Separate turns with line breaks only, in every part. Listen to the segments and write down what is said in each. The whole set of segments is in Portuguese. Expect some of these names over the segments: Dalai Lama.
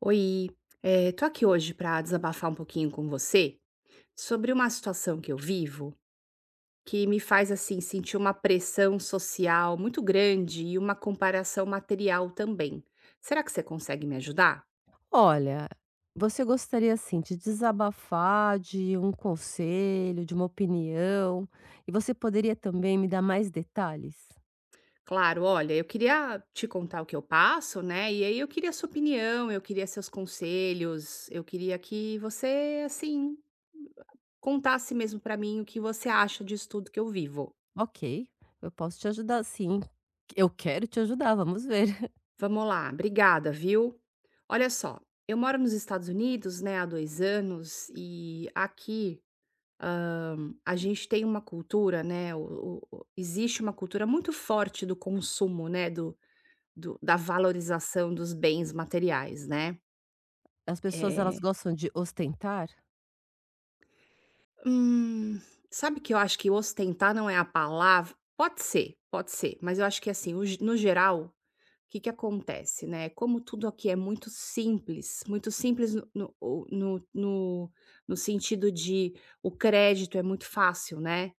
Oi, tô aqui hoje pra desabafar um pouquinho com você sobre uma situação que eu vivo que me faz assim sentir uma pressão social muito grande e uma comparação material também. Será que você consegue me ajudar?
Olha, você gostaria assim de desabafar, de um conselho, de uma opinião, e você poderia também me dar mais detalhes?
Claro, olha, eu queria te contar o que eu passo, né? E aí eu queria sua opinião, eu queria seus conselhos, eu queria que você assim contasse mesmo pra mim o que você acha disso tudo que eu vivo.
Ok, eu posso te ajudar sim. Eu quero te ajudar, vamos ver.
Vamos lá, obrigada, viu? Olha só, eu moro nos Estados Unidos, né, há 2 anos e aqui, a gente tem uma cultura, né, o existe uma cultura muito forte do consumo, né, do da valorização dos bens materiais, né.
As pessoas elas
Eh,
gostam de ostentar?
hum, sabe que eu acho que ostentar não é a palavra? Pode ser, mas eu acho que assim, o ge no geral. O que que acontece, né, como tudo aqui é muito simples no sentido de o crédito é muito fácil, né,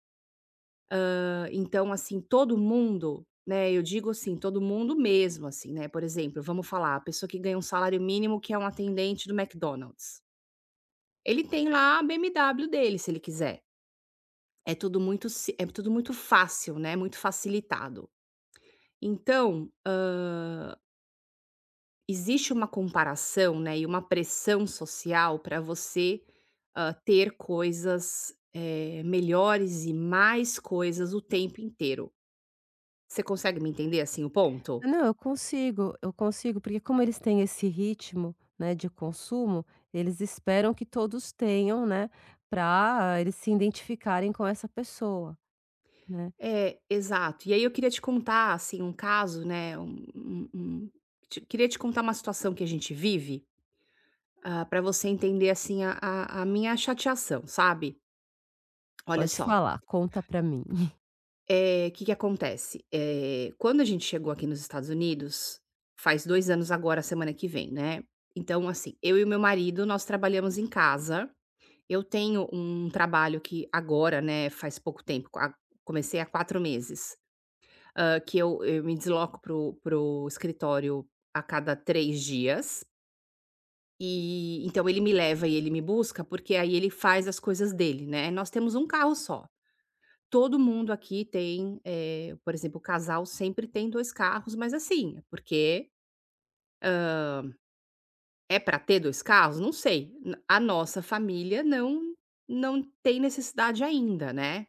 então, assim, todo mundo, né, eu digo assim, todo mundo mesmo, assim, né, por exemplo, vamos falar, a pessoa que ganha um salário mínimo que é um atendente do McDonald's, ele tem lá a BMW dele se ele quiser, é tudo muito si é tudo muito fácil, né, muito facilitado. Então, existe uma comparação, né, e uma pressão social para você, ter coisas, melhores e mais coisas o tempo inteiro. Você consegue me entender, assim, o ponto?
Ah, não, eu consigo, porque como eles têm esse ritmo, né, de consumo, eles esperam que todos tenham, né, para eles se identificarem com essa pessoa, né?
É, exato. E aí eu queria te contar, assim, um caso, né, te queria te contar uma situação que a gente vive, para você entender, assim, a minha chateação, sabe. Olha
Pode
só,
falar, conta pra mim.
o que que acontece? Quando a gente chegou aqui nos Estados Unidos, faz 2 anos agora, semana que vem, né. Então, assim, eu e o meu marido, nós trabalhamos em casa. Eu tenho um trabalho que agora, né, faz pouco tempo, qua comecei há 4 meses, que eu me desloco pro escritório a cada 3 dias, e então ele me leva e ele me busca, porque aí ele faz as coisas dele, né. Nós temos um carro só. Todo mundo aqui tem, por exemplo, o casal sempre tem 2 carros, mas assim, é porque é para ter 2 carros? Não sei. N A nossa família não não tem necessidade ainda, né.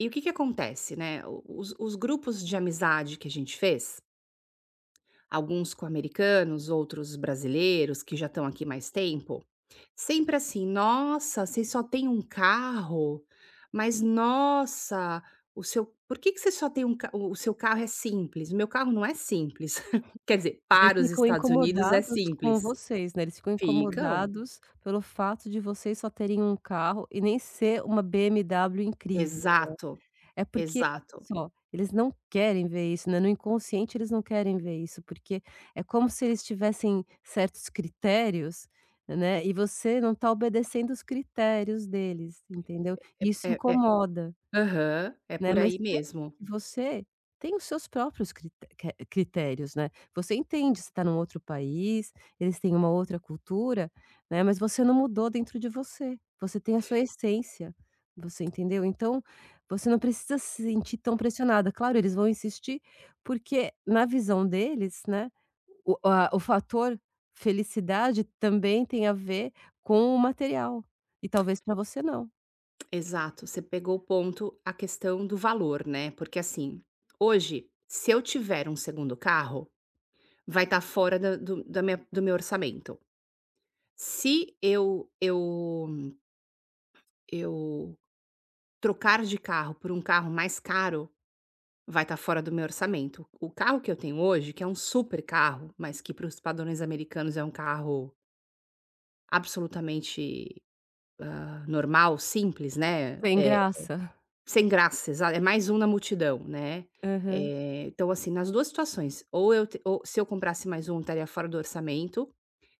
E o que que acontece, né, o os grupos de amizade que a gente fez, alguns com americanos, outros brasileiros que já estão aqui mais tempo. Sempre assim: "Nossa, vocês só têm um carro? Mas nossa, o seu por que que você só tem um ca o seu carro é simples, o meu carro não é simples". Quer dizer,
Eles
para os
ficam
Estados Unidos é
incomodados com
simples.
vocês, né, eles ficam
Ficam.
incomodados pelo fato de vocês só terem um carro e nem ser uma BMW incrível.
Exato,
É porque, olha
exato.
só, eles não querem ver isso, né, no inconsciente eles não querem ver isso, porque é como se eles tivessem certos critérios, né, e você não tá obedecendo os critérios deles, entendeu?
É
E isso
é é
incomoda.
aham, é
Né,
por
mas
aí
sempre
mesmo.
que você tem os seus próprios crite que critérios, né. Você entende, você está num outro país, eles têm uma outra cultura, né, mas você não mudou dentro de você, você tem a sua essência, você entendeu? Então, você não precisa se sentir tão pressionada. Claro, eles vão insistir, porque na visão deles, né, o fator felicidade também tem a ver com o material, e talvez para você não.
Exato, você pegou o ponto, a questão do valor, né, porque assim, hoje, se eu tiver um segundo carro, vai estar fora da minha do meu orçamento. Se eu eu trocar de carro por um carro mais caro, vai estar fora do meu orçamento. O carro que eu tenho hoje, que é um super carro, mas que para os padrões americanos é um carro absolutamente, normal, simples, né,
Sem graça.
sem graça, exa é mais um na multidão, né.
Aham.
Então assim, nas 2 situações, ou eu te ou se eu comprasse mais um, estaria fora do orçamento.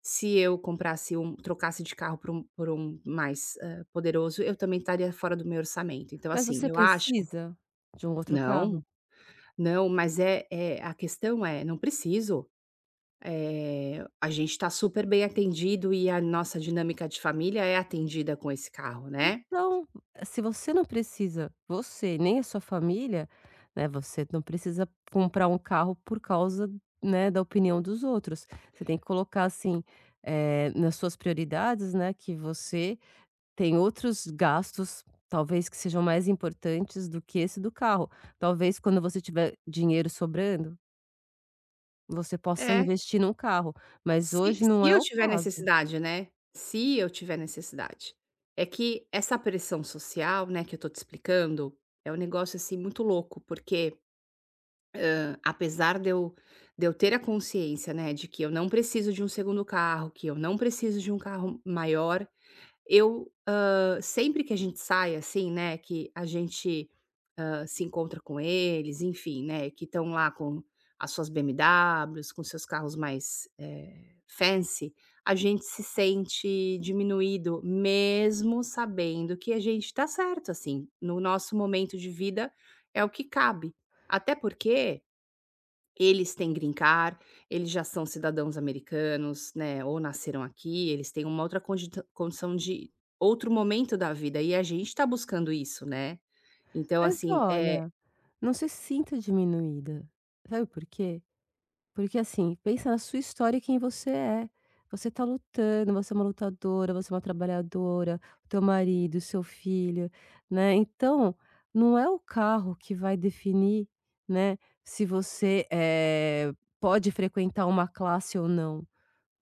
Se eu comprasse trocasse de carro por um mais, poderoso, eu também estaria fora do meu orçamento. Então,
Mas
assim,
você
eu acho
precisa de um outro
não,
carro?
não, mas a questão é: não preciso. A gente está super bem atendido e a nossa dinâmica de família é atendida com esse carro, né.
Então, se você não precisa, você nem a sua família, né, você não precisa comprar um carro por causa, né, da opinião dos outros. Você tem que colocar assim, nas suas prioridades, né, que você tem outros gastos, talvez que sejam mais importantes do que esse do carro. Talvez quando você tiver dinheiro sobrando, você possa
É,
investir num carro, mas
se
hoje não
se
é
eu
o
tiver
caso.
necessidade, né, se eu tiver necessidade. É que essa pressão social, né, que eu tô te explicando, é um negócio, assim, muito louco, porque apesar de eu ter a consciência, né, de que eu não preciso de um segundo carro, que eu não preciso de um carro maior, eu, sempre que a gente sai, assim, né, que a gente, se encontra com eles, enfim, né, que estão lá com as suas BMWs, com seus carros mais, fancy, a gente se sente diminuído, mesmo sabendo que a gente está certo, assim, no nosso momento de vida é o que cabe. Até porque eles têm green card, eles já são cidadãos americanos, né, ou nasceram aqui, eles têm uma outra condita condição de outro momento da vida e a gente tá buscando isso, né. Então
Mas
assim, é.
olha, não se sinta diminuída. Sabe por quê? Porque assim, pensa na sua história e quem você é. Você tá lutando, você é uma lutadora, você é uma trabalhadora, o teu marido, o seu filho, né? Então, não é o carro que vai definir, né, se você pode frequentar uma classe ou não,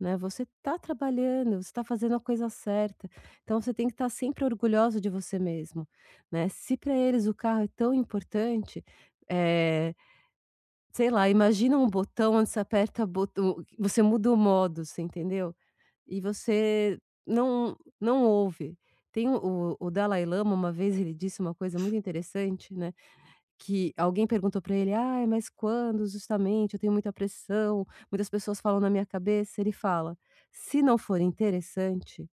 né, você está trabalhando, você está fazendo a coisa certa, então você tem que estar sempre orgulhoso de você mesmo, né. Se para eles o carro é tão importante, é, sei lá, imagina um botão, onde você aperta botão você muda o modo, você entendeu. E você não ouve. Tem o Dalai Lama, uma vez ele disse uma coisa muito interessante, né, que alguém perguntou pra ele: "Ah, mas quando justamente? Eu tenho muita pressão, muitas pessoas falam na minha cabeça", ele fala: "Se não for interessante,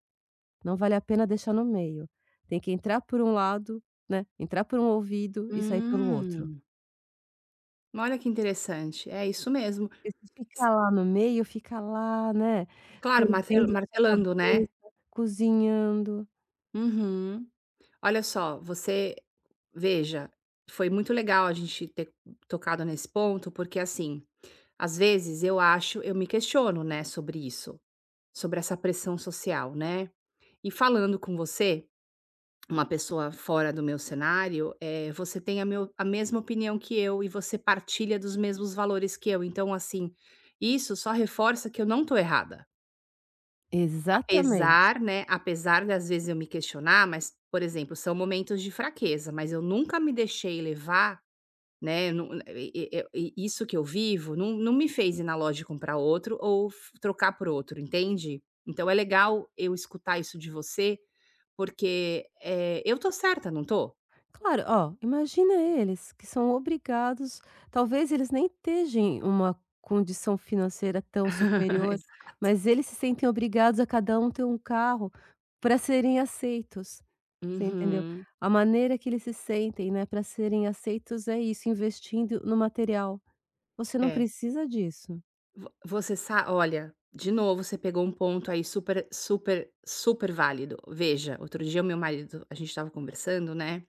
não vale a pena deixar no meio. Tem que entrar por um lado, né, entrar por um ouvido e sair pelo outro.
Hum, olha que interessante, é isso mesmo.
Porque se
S
ficar lá no meio, fica lá, né,
claro,
fervendo na sua
martelando, né.
cabeça, cozinhando".
Uhum. Olha só, você veja, foi muito legal a gente ter tocado nesse ponto, porque assim, às vezes eu me questiono, né, sobre isso. Sobre essa pressão social, né. E falando com você, uma pessoa fora do meu cenário, você tem a mesma opinião que eu e você partilha dos mesmos valores que eu, então, assim, isso só reforça que eu não estou errada.
Exatamente.
Apesar, né, apesar das vezes eu me questionar, mas, por exemplo, são momentos de fraqueza, mas eu nunca me deixei levar, né, não né, e isso que eu vivo não me fez ir na loja e comprar outro ou f trocar por outro, entende? Então é legal eu escutar isso de você, porque, eu tô certa, não tô?
Claro, ó, imagina eles que são obrigados, talvez eles nem estejam uma condição financeira tão superior,
Exa
mas eles se sentem obrigados a cada um ter um carro para serem aceitos, você entendeu?
Uhum.
A maneira que eles se sentem, né, para serem aceitos é isso, investindo no material. Você não
É.
precisa disso.
Vo você sa olha, de novo você pegou um ponto aí super super super válido. Veja, outro dia o meu marido a gente estava conversando, né.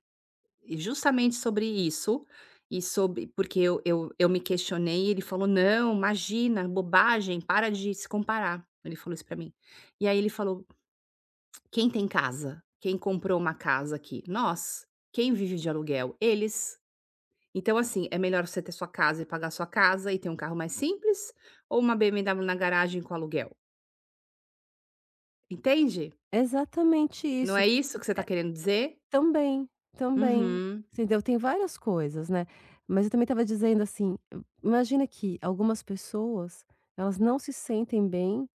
E justamente sobre isso, e sobre porque eu me questionei, ele falou: "Não, imagina, bobagem, para de se comparar". Ele falou isso pra mim. E aí ele falou: "Quem tem casa? Quem comprou uma casa aqui? Nós. Quem vive de aluguel? Eles. Então, assim, é melhor você ter sua casa e pagar sua casa e ter um carro mais simples ou uma BMW na garagem com aluguel?". Entende?
É exatamente
Não
isso.
é isso que você tá querendo dizer?
Também, também,
Uhum,
entendeu? Tem várias coisas, né. Mas eu também estava dizendo assim, imagina que algumas pessoas, elas não se sentem bem,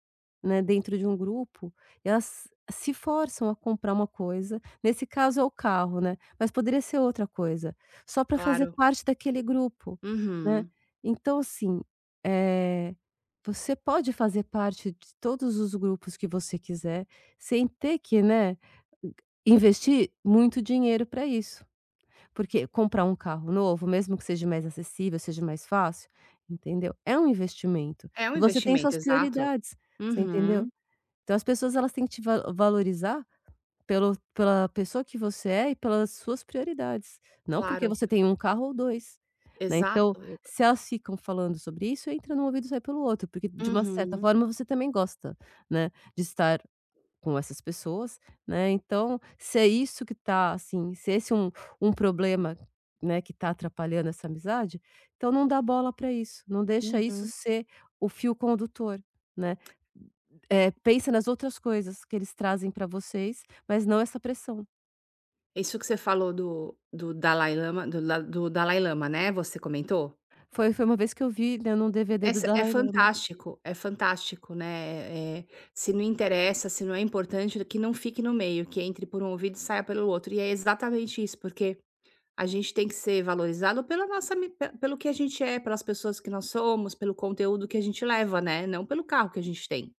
né, dentro de um grupo, e elas se forçam a comprar uma coisa, nesse caso é o carro, né, mas poderia ser outra coisa, só para fazer
claro.
parte daquele grupo, né.
Uhum.
Então assim, eh, você pode fazer parte de todos os grupos que você quiser, sem ter que, né, investir muito dinheiro para isso, porque comprar um carro novo, mesmo que seja mais acessível, seja mais fácil, entendeu, é um investimento,
É um
e você tem
investimento,
suas
exato.
prioridades, você entendeu?
Uhum.
Então as pessoas elas têm que te va valorizar pelo pela pessoa que você é e pelas suas prioridades, não porque
Claro,
você tem um carro ou dois, né.
exato.
Então,
Eu-
se elas ficam falando sobre isso, entra num ouvido e sai pelo outro, porque de uma certa
Uhum,
forma você também gosta, né, de estar com essas pessoas, né, então, se é isso que tá, assim, se esse é um problema, né, que tá atrapalhando essa amizade, então não dá bola para isso, não deixa isso
uhum.
ser o fio condutor, né. Pensa nas outras coisas que eles trazem para vocês, mas não essa pressão.
Isso que você falou do Dalai Lama do da do Dalai Lama, né, você comentou?
Foi uma vez que eu vi, né, num DVD do
Essa
Dalai Lama.
é fantástico, né, se não interessa, se não é importante, que não fique no meio, que entre por um ouvido e saia pelo outro. E é exatamente isso, porque a gente tem que ser valorizado pela nossa mi pe pelo que a gente é, pelas pessoas que nós somos, pelo conteúdo que a gente leva, né, não pelo carro que a gente tem.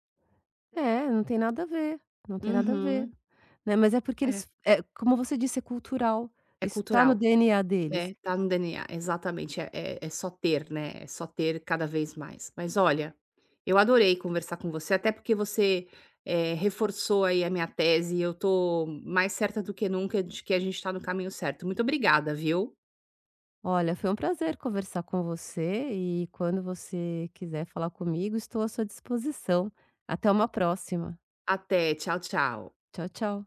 É, não tem nada a ver, não tem nada a ver,
Uhum.
né, mas é porque
É,
eles, é como você disse, é cultural,
é
isso tá no
cultural.
DNA deles.
É, tá no DNA, exatamente, só ter, né, é só ter cada vez mais. Mas olha, eu adorei conversar com você, até porque você, reforçou aí a minha tese e eu tô mais certa do que nunca de que a gente tá no caminho certo. Muito obrigada, viu.
Olha, foi um prazer conversar com você e quando você quiser falar comigo, estou à sua disposição. Até uma próxima.
Até, tchau, tchau.
Tchau, tchau.